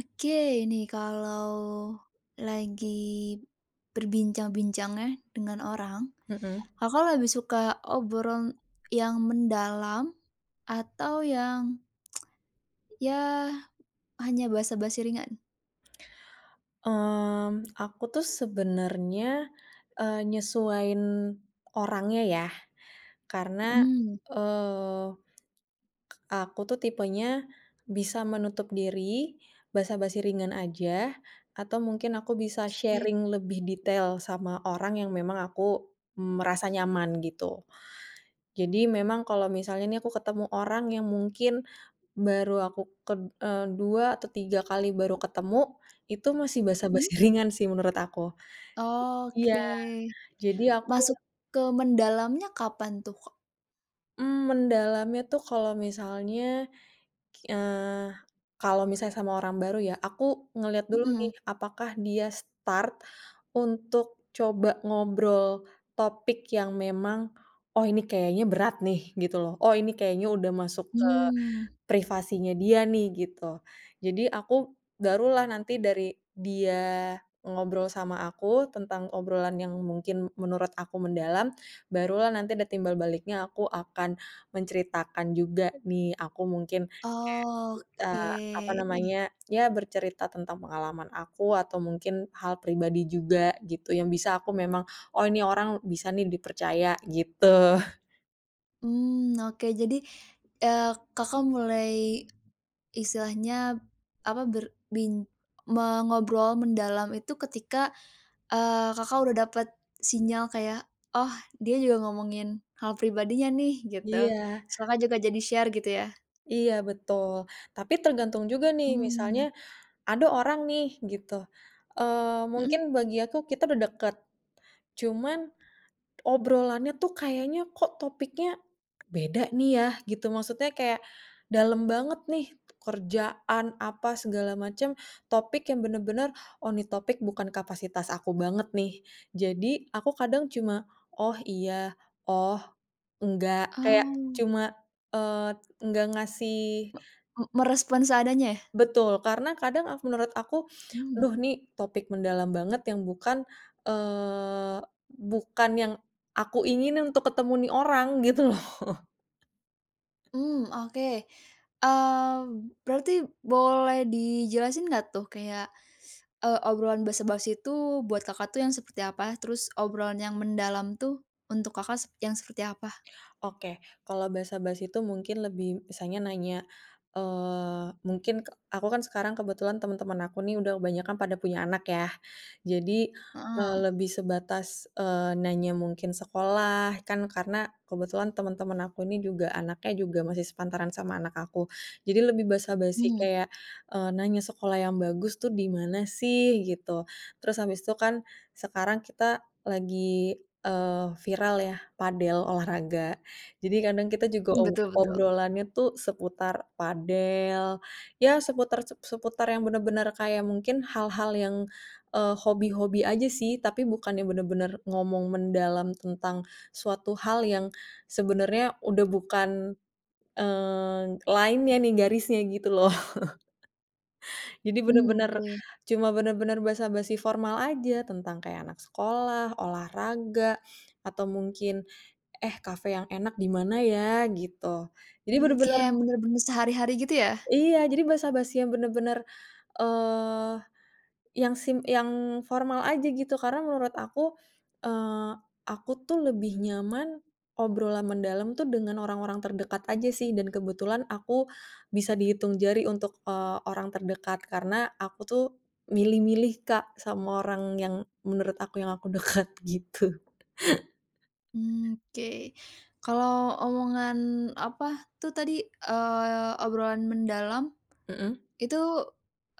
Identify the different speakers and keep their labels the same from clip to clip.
Speaker 1: Oke, ini kalau lagi berbincang-bincangnya dengan orang,
Speaker 2: Mhm.
Speaker 1: Kakak lebih suka obrolan yang mendalam atau yang, ya hanya basa-basi ringan?
Speaker 2: mmm, aku tuh sebenarnya, nyesuaiin orangnya ya, karena,
Speaker 1: Mhm.
Speaker 2: Mmm. aku tuh tipenya bisa menutup diri, basa-basi ringan aja, atau mungkin aku bisa
Speaker 1: Oke.
Speaker 2: sharing lebih detail sama orang yang memang aku merasa nyaman gitu. Jadi memang kalau misalnya nih aku ketemu orang yang mungkin baru aku 2 atau 3 kali baru ketemu, itu masih
Speaker 1: Mhm?
Speaker 2: basa-basi ringan sih menurut aku. Iya,
Speaker 1: Oke.
Speaker 2: jadi aku,
Speaker 1: Masuk ke mendalamnya kapan tuh, Kak?
Speaker 2: mendalamnya tuh kalau misalnya, eee, kalau misalnya sama orang baru ya, aku ngelihat dulu
Speaker 1: Mhm.
Speaker 2: nih apakah dia start untuk coba ngobrol topik yang memang, "Oh ini kayaknya berat nih," gitu loh, "Oh ini kayaknya udah masuk ke
Speaker 1: Mmm.
Speaker 2: privasinya dia nih," gitu. Jadi aku barulah nanti dari dia ngobrol sama aku tentang obrolan yang mungkin menurut aku mendalam, barulah nanti ada timbal baliknya aku akan menceritakan juga nih aku mungkin,
Speaker 1: Oke.
Speaker 2: eee, apa namanya, ya bercerita tentang pengalaman aku atau mungkin hal pribadi juga gitu yang bisa aku memang, "Oh ini orang bisa nih dipercaya," gitu.
Speaker 1: Mmm, oke. Jadi, eee, Kakak mulai istilahnya, apa, ber bin me mendalam itu ketika, Kakak udah dapat sinyal kayak, "Oh, dia juga ngomongin hal pribadinya nih," gitu.
Speaker 2: Iya,
Speaker 1: Terus Kakak juga jadi share gitu ya?
Speaker 2: iya betul. Tapi tergantung juga nih
Speaker 1: Mmm,
Speaker 2: misalnya ada orang nih gitu,
Speaker 1: mhm,
Speaker 2: mungkin bagi aku kita udah deket, cuman obrolannya tuh kayaknya kok topiknya beda nih ya gitu, maksudnya kayak dalam banget nih, kerjaan, apa segala macam, topik yang bener-bener, "Oh ini topik bukan kapasitas aku banget nih." Jadi aku kadang cuma, "Oh iya, oh enggak," kayak
Speaker 1: oh,
Speaker 2: cuma, eee, nggak ngasih.
Speaker 1: merespon seadanya ya?
Speaker 2: Betul, karena kadang menurut aku,
Speaker 1: Mmm,
Speaker 2: duh nih topik mendalam banget yang bukan, eee, bukan yang aku ingin untuk ketemu nih orang, gitu loh.
Speaker 1: mmm, oke. Eee, Berarti boleh dijelasin nggak tuh kayak, obrolan basa-basi itu buat Kakak tuh yang seperti apa? Terus obrolan yang mendalam tuh untuk Kakak yang seperti apa?
Speaker 2: Oke, kalau basa-basi itu mungkin lebih misalnya nanya, mungkin ke aku kan sekarang kebetulan teman-teman aku nih udah kebanyakan pada punya anak ya. Jadi,
Speaker 1: Heeh,
Speaker 2: lebih sebatas, nanya mungkin sekolah, kan karena kebetulan teman-teman aku ini juga anaknya juga masih sepantaran sama anak aku. Jadi lebih basa-basi
Speaker 1: mhm,
Speaker 2: kayak, nanya sekolah yang bagus tuh di mana sih gitu. Terus habis itu kan sekarang kita lagi, viral ya padel olahraga. Jadi kadang kita juga
Speaker 1: betul betul.
Speaker 2: obrolannya tuh seputar padel, ya seputar seputar yang benar-benar kayak mungkin hal-hal yang, hobi-hobi aja sih, tapi bukan yang benar bener ngomong mendalam tentang suatu hal yang sebenarnya udah bukan, line nih, garisnya gitu loh. Jadi
Speaker 1: Mmm,
Speaker 2: benar-benar
Speaker 1: oke.
Speaker 2: cuma benar-benar basa-basi formal aja tentang kayak anak sekolah, olahraga, atau mungkin, "Eh, kafe yang enak di mana ya?" Gitu. Jadi
Speaker 1: Mmm,
Speaker 2: bener-bener
Speaker 1: kayak bener-bener sehari-hari gitu ya?
Speaker 2: iya, jadi basa-basi yang bener-bener, eee, yang yang formal aja gitu, karena menurut aku, eee, aku tuh lebih nyaman obrolan mendalam tuh dengan orang-orang terdekat aja sih, dan kebetulan aku bisa dihitung jari untuk, orang terdekat, karena aku tuh milih-milih Kak, sama orang yang menurut aku yang aku dekat gitu.
Speaker 1: Mmm, oke. Kalau omongan apa tuh tadi, obrolan mendalam
Speaker 2: Mhm.
Speaker 1: itu,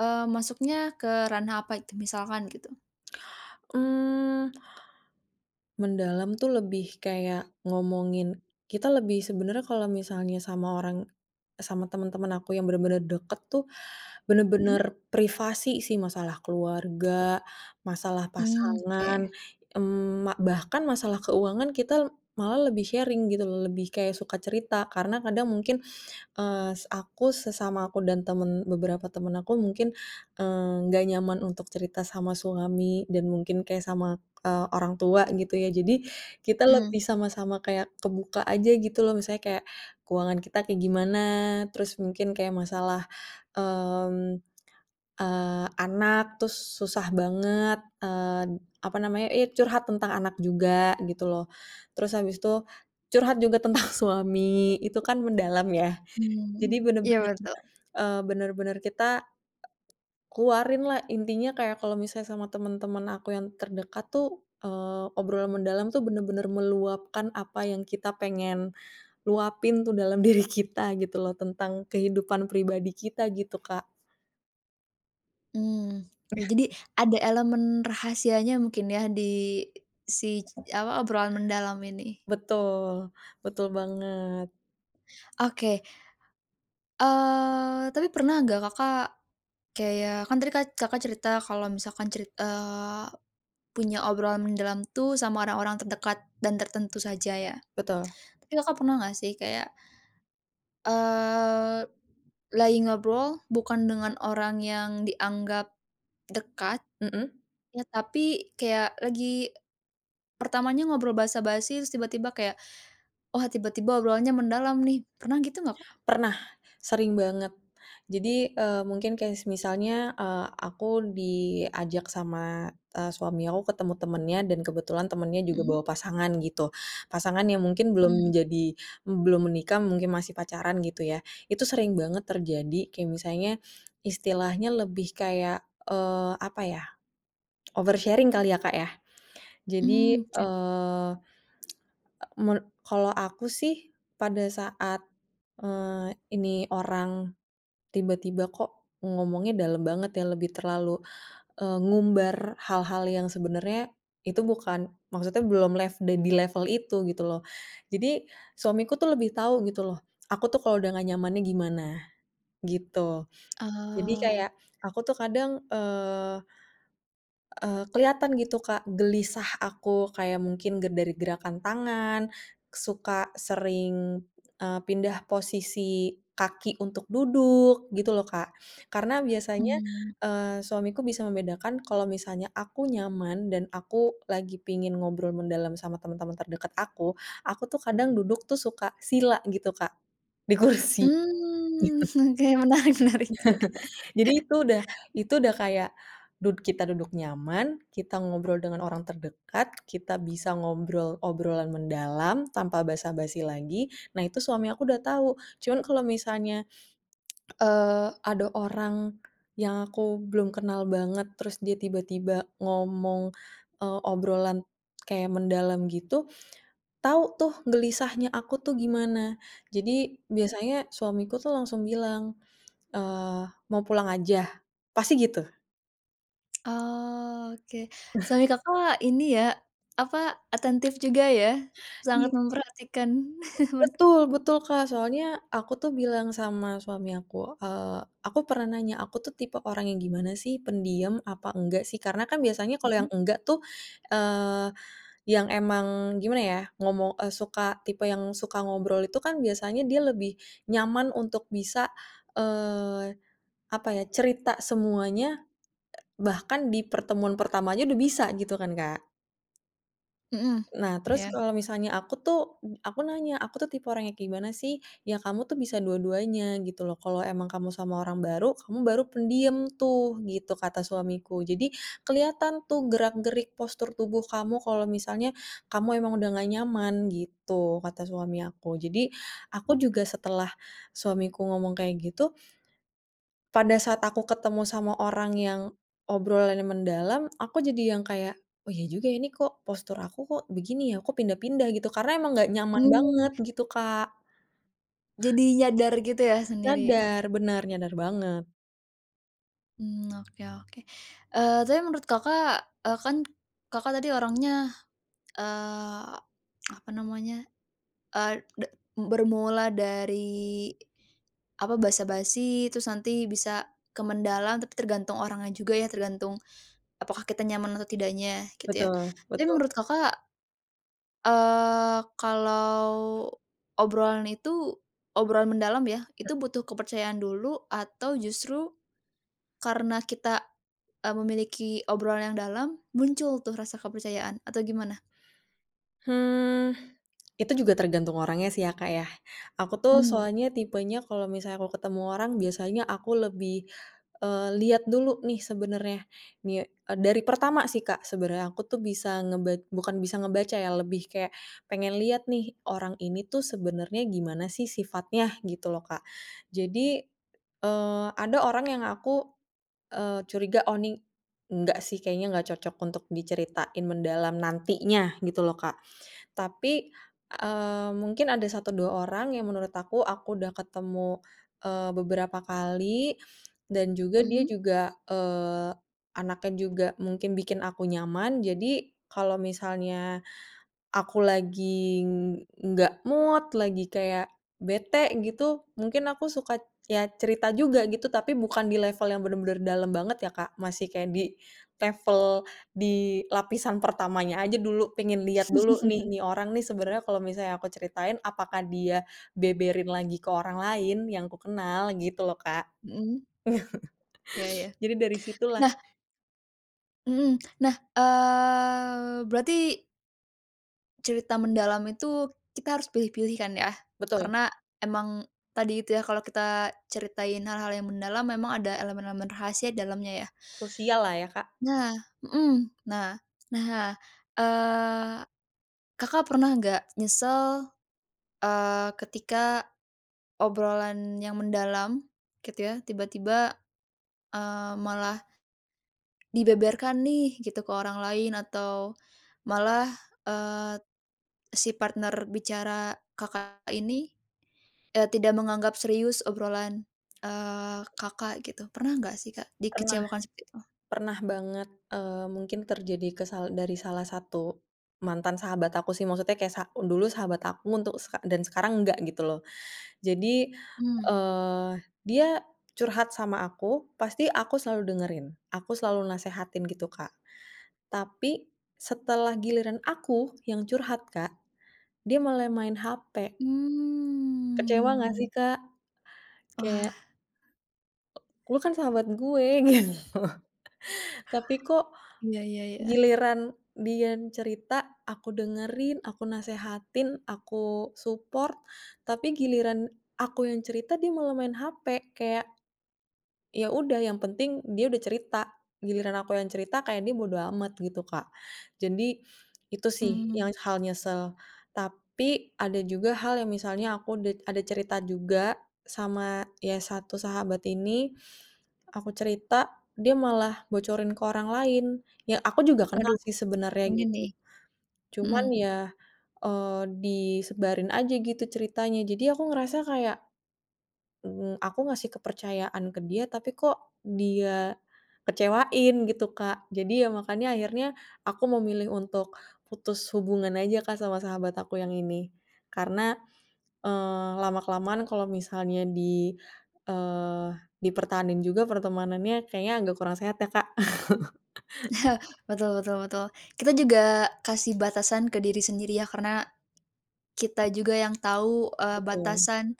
Speaker 1: masuknya ke ranah apa itu misalkan gitu?
Speaker 2: Mmm. Mendalam tuh lebih kayak ngomongin kita lebih sebenarnya kalau misalnya sama orang sama teman-teman aku yang bener-bener deket tuh,
Speaker 1: Mhm?
Speaker 2: bener-bener privasi sih, masalah keluarga, masalah
Speaker 1: Mmm,
Speaker 2: pasangan,
Speaker 1: oke.
Speaker 2: bahkan masalah keuangan kita malah lebih sharing gitu loh, lebih kayak suka cerita. Karena kadang mungkin aku sesama aku dan temen beberapa temen aku mungkin, nggak nyaman untuk cerita sama suami dan mungkin kayak sama, orang tua gitu ya. Jadi kita
Speaker 1: Mhm,
Speaker 2: lebih sama-sama kayak kebuka aja gitu loh, misalnya kayak keuangan kita kayak gimana, terus mungkin kayak masalah, mmm, anak terus susah banget, apa namanya, ya curhat tentang anak juga gitu loh. Terus habis itu curhat juga tentang suami, itu kan mendalam ya.
Speaker 1: mmm,
Speaker 2: Jadi
Speaker 1: iya
Speaker 2: bener-bener,
Speaker 1: betul.
Speaker 2: bener-bener kita keluarin lah intinya kayak kalau misalnya sama temen-temen aku yang terdekat tuh, obrolan mendalam tuh bener-bener meluapkan apa yang kita pengen luapin tuh dalam diri kita gitu loh tentang kehidupan pribadi kita gitu, Kak.
Speaker 1: Mmm, ya jadi ada elemen rahasianya mungkin ya di si apa, obrolan mendalam ini.
Speaker 2: Betul, betul banget,
Speaker 1: Oke, tapi pernah nggak kayak kan tadi Kak, Kakak cerita kalau misalkan eh, punya obrolan mendalam tuh sama orang-orang terdekat dan tertentu saja ya.
Speaker 2: betul,
Speaker 1: Tapi Kakak pernah nggak sih kayak, eee, lagi ngobrol bukan dengan orang yang dianggap dekat
Speaker 2: mhm.
Speaker 1: ya, tapi kayak lagi pertamanya ngobrol basa-basi terus tiba-tiba kayak, oh tiba-tiba obrolannya mendalam nih, pernah gitu nggak Kak?
Speaker 2: Pernah, sering banget. Jadi, mungkin kayak misalnya aku diajak sama, suami aku ketemu temennya dan kebetulan temennya juga
Speaker 1: Hmm.
Speaker 2: bawa pasangan gitu. Pasangan yang mungkin belum
Speaker 1: Hmm.
Speaker 2: menjadi belum menikah, mungkin masih pacaran gitu ya. Itu sering banget terjadi kayak misalnya istilahnya lebih kayak, apa ya, oversharing kali ya, Kak, ya. Jadi,
Speaker 1: Mmm, oke.
Speaker 2: men kalau aku sih pada saat, eee, ini orang tiba-tiba kok ngomongnya dalam banget ya, lebih terlalu, ngumbar hal-hal yang sebenarnya itu bukan maksudnya belum level di level itu gitu loh. Jadi suamiku tuh lebih tahu gitu loh, aku tuh kalau udah nggak nyamannya gimana, gitu. Jadi
Speaker 1: Ah.
Speaker 2: kayak aku tuh kadang, kelihatan gitu, Kak, gelisah aku kayak mungkin dari gerakan tangan, suka sering, pindah posisi kaki untuk duduk gitu loh, Kak. Karena biasanya,
Speaker 1: Hmm.
Speaker 2: suamiku bisa membedakan kalau misalnya aku nyaman dan aku lagi pingin ngobrol mendalam sama teman-teman terdekat aku tuh kadang duduk tuh suka sila gitu, Kak, di kursi.
Speaker 1: Hmm. Oke, menarik menarik.
Speaker 2: Jadi itu udah kayak kita duduk nyaman, kita ngobrol dengan orang terdekat, kita bisa ngobrol obrolan mendalam tanpa basa-basi lagi. Nah, itu suami aku udah tahu. Cuman kalau misalnya, ada orang yang aku belum kenal banget, terus dia tiba-tiba ngomong, obrolan kayak mendalam gitu, tahu tuh gelisahnya aku tuh gimana. Jadi biasanya suamiku tuh langsung bilang, eee, "Mau pulang aja?" Pasti gitu.
Speaker 1: Oh, oke. Suami Kakak ini ya, apa, atentif juga ya? Sangat
Speaker 2: I
Speaker 1: memperhatikan. Men
Speaker 2: Betul, betul, Kak, soalnya aku tuh bilang sama suami aku, aku pernah nanya, "Aku tuh tipe orang yang gimana sih? Pendiam apa enggak sih?" Karena kan biasanya kalau
Speaker 1: Mhm.
Speaker 2: yang enggak tuh, eee, yang emang gimana ya, ngomong suka tipe yang suka ngobrol itu kan biasanya dia lebih nyaman untuk bisa, eee, apa ya, cerita semuanya bahkan di pertemuan pertama aja udah bisa gitu kan, Kak.
Speaker 1: Mhm,
Speaker 2: Nah, terus
Speaker 1: ya.
Speaker 2: kalau misalnya aku tuh, aku nanya, "Aku tuh tipe orang yang kayak gimana sih?" Ya kamu tuh bisa dua-duanya gitu loh, kalau emang kamu sama orang baru, kamu baru pendiam tuh gitu kata suamiku. Jadi kelihatan tuh gerak-gerik postur tubuh kamu kalau misalnya kamu emang udah gak nyaman gitu, kata suami aku. Jadi aku juga setelah suamiku ngomong kayak gitu, pada saat aku ketemu sama orang yang obrolannya mendalam, aku jadi yang kayak, "Oh iya juga ya, ini kok postur aku kok begini ya, kok pindah-pindah," gitu. Karena emang nggak nyaman
Speaker 1: Mmm,
Speaker 2: banget gitu, Kak.
Speaker 1: jadi nyadar gitu ya sendiri.
Speaker 2: Nyadar, bener, nyadar banget.
Speaker 1: Mmm, oke oke. Tapi menurut Kakak, kan Kakak tadi orangnya, eee, apa namanya, eee, de bermula dari, apa, basa-basi, terus nanti bisa ke mendalam, tapi tergantung orangnya juga ya, tergantung apakah kita nyaman atau tidaknya gitu ya.
Speaker 2: Betul,
Speaker 1: Tapi
Speaker 2: betul.
Speaker 1: menurut Kakak, kalau obrolan itu obrolan mendalam ya, itu butuh kepercayaan dulu atau justru karena kita, memiliki obrolan yang dalam muncul tuh rasa kepercayaan atau gimana?
Speaker 2: Hmm, itu juga tergantung orangnya sih ya, Kak, ya. Aku tuh
Speaker 1: Hmm,
Speaker 2: soalnya tipenya kalau misalnya aku ketemu orang biasanya aku lebih, lihat dulu nih sebenarnya. Nih, dari pertama sih, Kak, sebenarnya aku tuh bisa bukan bisa ngebaca ya, lebih kayak pengen lihat nih orang ini tuh sebenarnya gimana sih sifatnya gitu loh, Kak. Jadi, ada orang yang aku, curiga, "Oh, nih enggak sih kayaknya nggak cocok untuk diceritain mendalam nantinya," gitu loh, Kak. Tapi, mungkin ada satu 2 orang yang menurut aku udah ketemu, beberapa kali dan juga dia
Speaker 1: mhm,
Speaker 2: juga, anaknya juga mungkin bikin aku nyaman. Jadi kalau misalnya aku lagi nggak mood, lagi kayak bete gitu, mungkin aku suka ya cerita juga gitu, tapi bukan di level yang bener-bener dalam banget ya, Kak, masih kayak di level di lapisan pertamanya aja dulu, pengen lihat dulu nih, nih orang nih sebenarnya kalau misalnya aku ceritain apakah dia beberin lagi ke orang lain yang ku kenal gitu loh, Kak.
Speaker 1: mhm, ya ya.
Speaker 2: Jadi dari situlah
Speaker 1: Nah, mhm, nah, berarti cerita mendalam itu kita harus pilih-pilih kan ya,
Speaker 2: betul,
Speaker 1: karena emang tadi itu ya kalau kita ceritain hal-hal yang mendalam memang ada elemen-elemen rahasia dalamnya ya.
Speaker 2: krusial lah ya, Kak.
Speaker 1: Nah, mhm, nah nah, eee, Kakak pernah nggak nyesel, ketika obrolan yang mendalam gitu ya, tiba-tiba, malah dibeberkan nih gitu ke orang lain atau malah, eee, si partner bicara Kakak ini tidak menganggap serius obrolan, Kakak gitu. Pernah nggak sih, Kak,
Speaker 2: Pernah,
Speaker 1: dikecewakan seperti itu?
Speaker 2: pernah banget, mungkin terjadi ke dari salah satu mantan sahabat aku sih, maksudnya kayak dulu sahabat aku untuk dan sekarang enggak gitu loh. Jadi,
Speaker 1: Mmm.
Speaker 2: eee, dia curhat sama aku, pasti aku selalu dengerin, aku selalu nasehatin gitu, Kak. Tapi setelah giliran aku yang curhat, Kak, dia malah main HP. Kecewa nggak
Speaker 1: Mmm.
Speaker 2: sih, Kak? Kayak,
Speaker 1: Wah,
Speaker 2: "Lu kan sahabat gue," gitu, "tapi kok
Speaker 1: iya iya iya.
Speaker 2: giliran dia cerita, aku dengerin, aku nasehatin, aku support, tapi giliran aku yang cerita dia malah main HP, kayak ya udah yang penting dia udah cerita, giliran aku yang cerita kayak dia bodo amat," gitu, Kak. Jadi itu sih
Speaker 1: Mmm.
Speaker 2: yang hal nyesel. Tapi ada juga hal yang misalnya aku ada cerita juga sama ya satu sahabat ini, aku cerita dia malah bocorin ke orang lain, ya aku juga kenal
Speaker 1: Aduh,
Speaker 2: sih sebenarnya
Speaker 1: ini
Speaker 2: gitu.
Speaker 1: nih mhm.
Speaker 2: Cuman ya, disebarin aja gitu ceritanya, jadi aku ngerasa kayak aku ngasih kepercayaan ke dia, tapi kok dia kecewain gitu, Kak. Jadi ya makanya akhirnya aku memilih untuk putus hubungan aja, Kak, sama sahabat aku yang ini. Karena, lama-kelamaan kalau misalnya di eee, dipertahanin juga pertemanannya kayaknya agak kurang sehat ya, Kak.
Speaker 1: Betul betul betul. Kita juga kasih batasan ke diri sendiri ya, karena kita juga yang tahu,
Speaker 2: Betul.
Speaker 1: batasan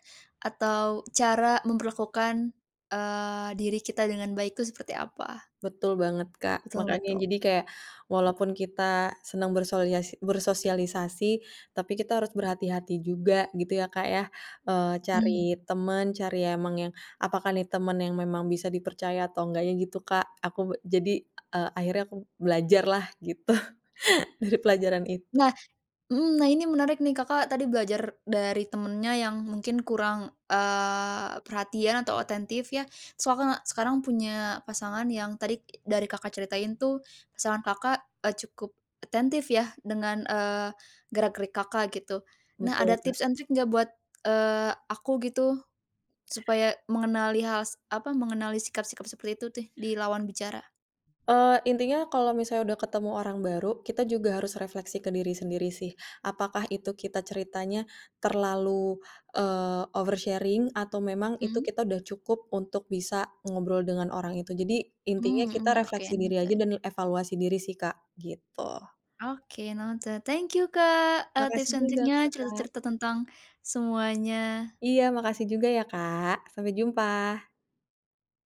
Speaker 1: atau cara memperlakukan, diri kita dengan baik itu seperti apa.
Speaker 2: Betul banget, Kak.
Speaker 1: Betul
Speaker 2: Makanya
Speaker 1: betul.
Speaker 2: jadi kayak walaupun kita senang bersosialisasi, tapi kita harus berhati-hati juga gitu ya, Kak, ya.
Speaker 1: Mmm.
Speaker 2: Cari temen cari emang yang apakah nih temen yang memang bisa dipercaya atau enggaknya gitu, Kak. Aku jadi, akhirnya aku belajar lah gitu dari pelajaran itu.
Speaker 1: Nah, mhm, nah ini menarik nih Kakak tadi belajar dari temennya yang mungkin kurang, perhatian atau atentif ya, terus Kakak sekarang punya pasangan yang tadi dari Kakak ceritain tuh pasangan Kakak, cukup atentif ya dengan, gerak-gerik Kakak gitu. Nah ada
Speaker 2: Betul.
Speaker 1: tips and trick nggak buat, aku gitu supaya mengenali hal apa, mengenali sikap-sikap seperti itu tuh di lawan bicara?
Speaker 2: Intinya kalau misalnya udah ketemu orang baru, kita juga harus refleksi ke diri sendiri sih. Apakah itu kita ceritanya terlalu, oversharing atau memang itu
Speaker 1: Mhm?
Speaker 2: kita udah cukup untuk bisa ngobrol dengan orang itu. Jadi intinya
Speaker 1: Mmm,
Speaker 2: kita
Speaker 1: mhm, oke
Speaker 2: refleksi diri aja
Speaker 1: noted.
Speaker 2: dan evaluasi diri sih, Kak, gitu.
Speaker 1: Oke noted. Thank you Kak,
Speaker 2: Makasih
Speaker 1: tips and
Speaker 2: juga,
Speaker 1: triknya,
Speaker 2: Kak.
Speaker 1: cerita-cerita tentang semuanya.
Speaker 2: Iya, makasih juga ya, Kak. Sampai jumpa.